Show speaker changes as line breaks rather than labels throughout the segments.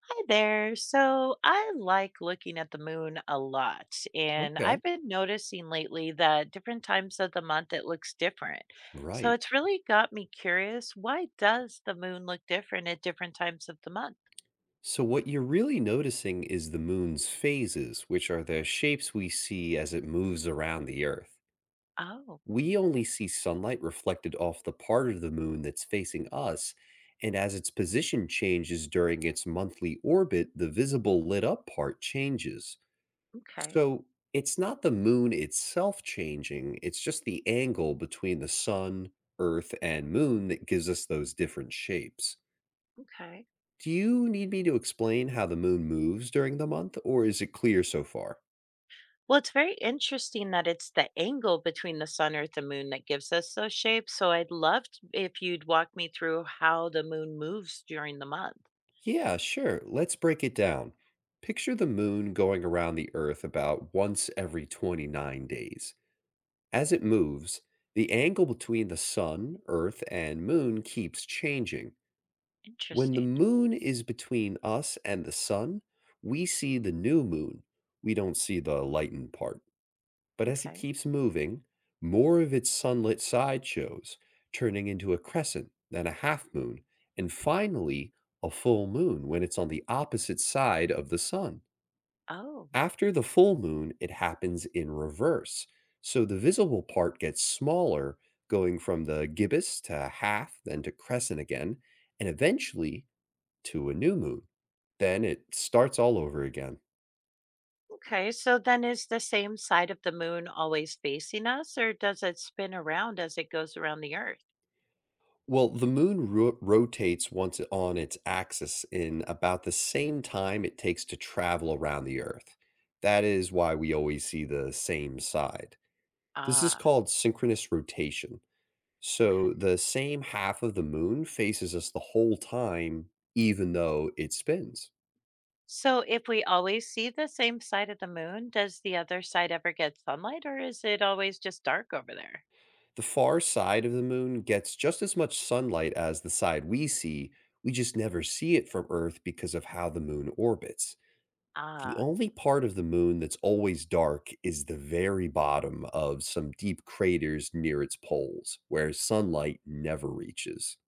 Hi there. So I like looking at the moon a lot, and
Okay.
I've been noticing lately that different times of the month it looks different. So
Right.
it's really got me curious, why does the moon look different at different times of the month?
So, what you're really noticing is the moon's phases, which are the shapes we see as it moves around the Earth.
Oh,
We only see sunlight reflected off the part of the moon that's facing us. And as its position changes during its monthly orbit, the visible lit up part changes.
okay.
So, it's not the moon itself changing, it's just the angle between the sun, Earth, and moon that gives us those different shapes.
Okay.
Do you need me to explain how the moon moves during the month, or is it clear so far?
Well, it's very interesting that it's the angle between the sun, earth, and moon that gives us those shapes. So I'd love if you'd walk me through how the moon moves during the month.
Yeah, sure. Let's break it down. Picture the moon going around the Earth about once every 29 days. As it moves, the angle between the sun, Earth, and moon keeps changing. When the
Interesting.
moon is between us and the sun, we see the new moon. We don't see the lightened part. But as it
Okay.
keeps moving, more of its sunlit side shows, turning into a crescent, then a half moon, and finally a full moon when it's on the opposite side of the sun.
Oh.
After the full moon, it happens in reverse. So the visible part gets smaller, going from the gibbous to half, then to crescent again, and eventually to a new moon. Then it starts all over again.
Okay, so then is the same side of the moon always facing us, or does it spin around as it goes around the Earth?
Well, the moon rotates once on its axis in about the same time it takes to travel around the Earth. That is why we always see the same side. This is
Ah,
called synchronous rotation. So
okay.
the same half of the moon faces us the whole time, even though it spins.
So if we always see the same side of the moon, does the other side ever get sunlight, or is it always just dark over there?
The far side of the moon gets just as much sunlight as the side we see. We just never see it from Earth because of how the moon orbits. The
Ah,
only part of the moon that's always dark is the very bottom of some deep craters near its poles, where sunlight never reaches.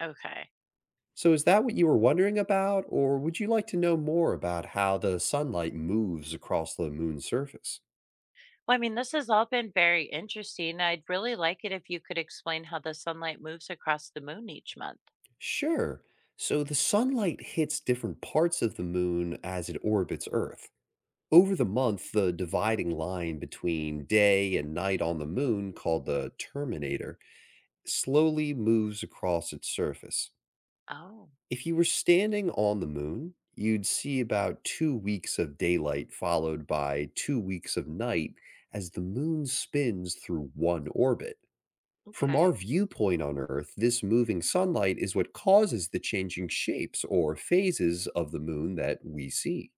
okay.
So, is that what you were wondering about, or would you like to know more about how the sunlight moves across the moon's surface?
Well, this has all been very interesting. I'd really like it if you could explain how the sunlight moves across the moon each month.
Sure. So, the sunlight hits different parts of the moon as it orbits Earth. Over the month, the dividing line between day and night on the moon, called the terminator, slowly moves across its surface.
Oh,
If you were standing on the moon, you'd see about 2 weeks of daylight followed by 2 weeks of night as the moon spins through one orbit. From our
okay.
viewpoint on Earth, this moving sunlight is what causes the changing shapes or phases of the moon that we see.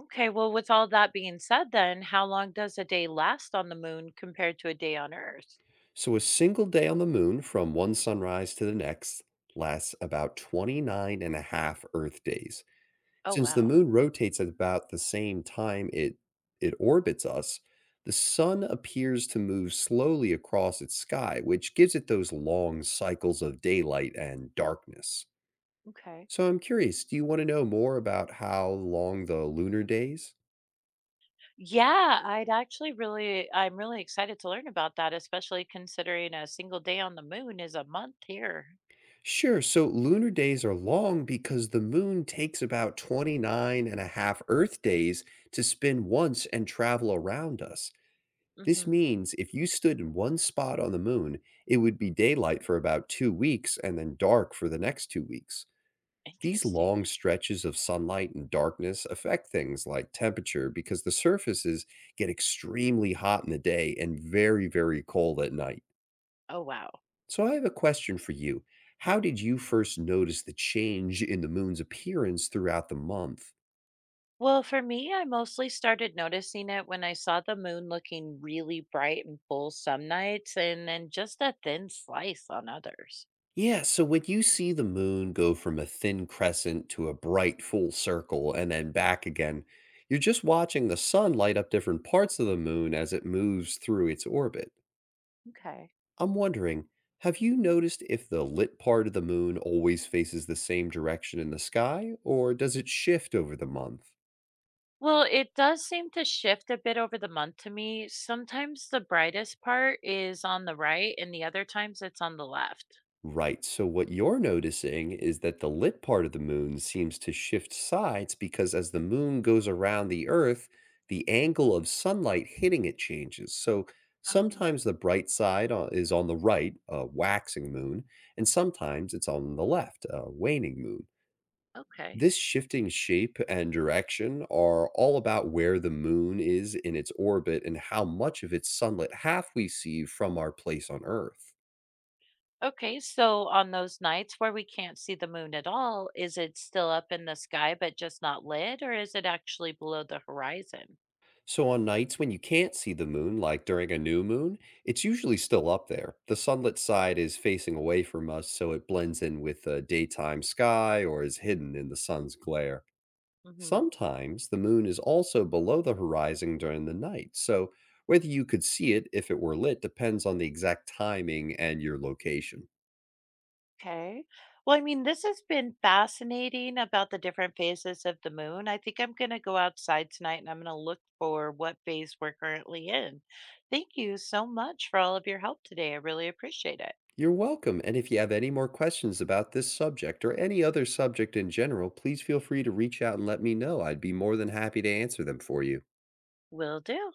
Okay, well, with all that being said, then how long does a day last on the moon compared to a day on Earth?
So, a single day on the moon from one sunrise to the next lasts about 29 and a half Earth days.
Oh,
Since the
wow.
moon rotates at about the same time it orbits us, the sun appears to move slowly across its sky, which gives it those long cycles of daylight and darkness.
Okay.
So I'm curious, do you want to know more about how long the lunar days?
Yeah, I'd I'm really excited to learn about that, especially considering a single day on the moon is a month here.
Sure. So lunar days are long because the moon takes about 29 and a half Earth days to spin once and travel around us. This
Hmm.
means if you stood in one spot on the moon, it would be daylight for about 2 weeks and then dark for the next 2 weeks. These
Interesting.
long stretches of sunlight and darkness affect things like temperature because the surfaces get extremely hot in the day and very, very cold at night.
Oh, wow.
So, I have a question for you. How did you first notice the change in the moon's appearance throughout the month?
Well, for me, I mostly started noticing it when I saw the moon looking really bright and full some nights and then just a thin slice on others.
Yeah, so when you see the moon go from a thin crescent to a bright full circle and then back again, you're just watching the sun light up different parts of the moon as it moves through its orbit.
Okay.
I'm wondering, have you noticed if the lit part of the moon always faces the same direction in the sky, or does it shift over the month?
Well, it does seem to shift a bit over the month to me. Sometimes the brightest part is on the right, and the other times it's on the left.
Right. So what you're noticing is that the lit part of the moon seems to shift sides because as the moon goes around the Earth, the angle of sunlight hitting it changes. So
Oh,
sometimes the bright side is on the right, a waxing moon, and sometimes it's on the left, a waning moon.
okay.
This shifting shape and direction are all about where the moon is in its orbit and how much of its sunlit half we see from our place on Earth.
Okay, so on those nights where we can't see the moon at all, is it still up in the sky but just not lit, or is it actually below the horizon?
So on nights when you can't see the moon, like during a new moon, it's usually still up there. The sunlit side is facing away from us, so it blends in with the daytime sky or is hidden in the sun's glare. Sometimes the moon is also below the horizon during the night, so whether you could see it if it were lit depends on the exact timing and your location.
Okay. Well, this has been fascinating about the different phases of the moon. I think I'm going to go outside tonight and I'm going to look for what phase we're currently in. Thank you so much for all of your help today. I really appreciate it.
You're welcome, and if you have any more questions about this subject or any other subject in general, please feel free to reach out and let me know. I'd be more than happy to answer them for you.
Will do.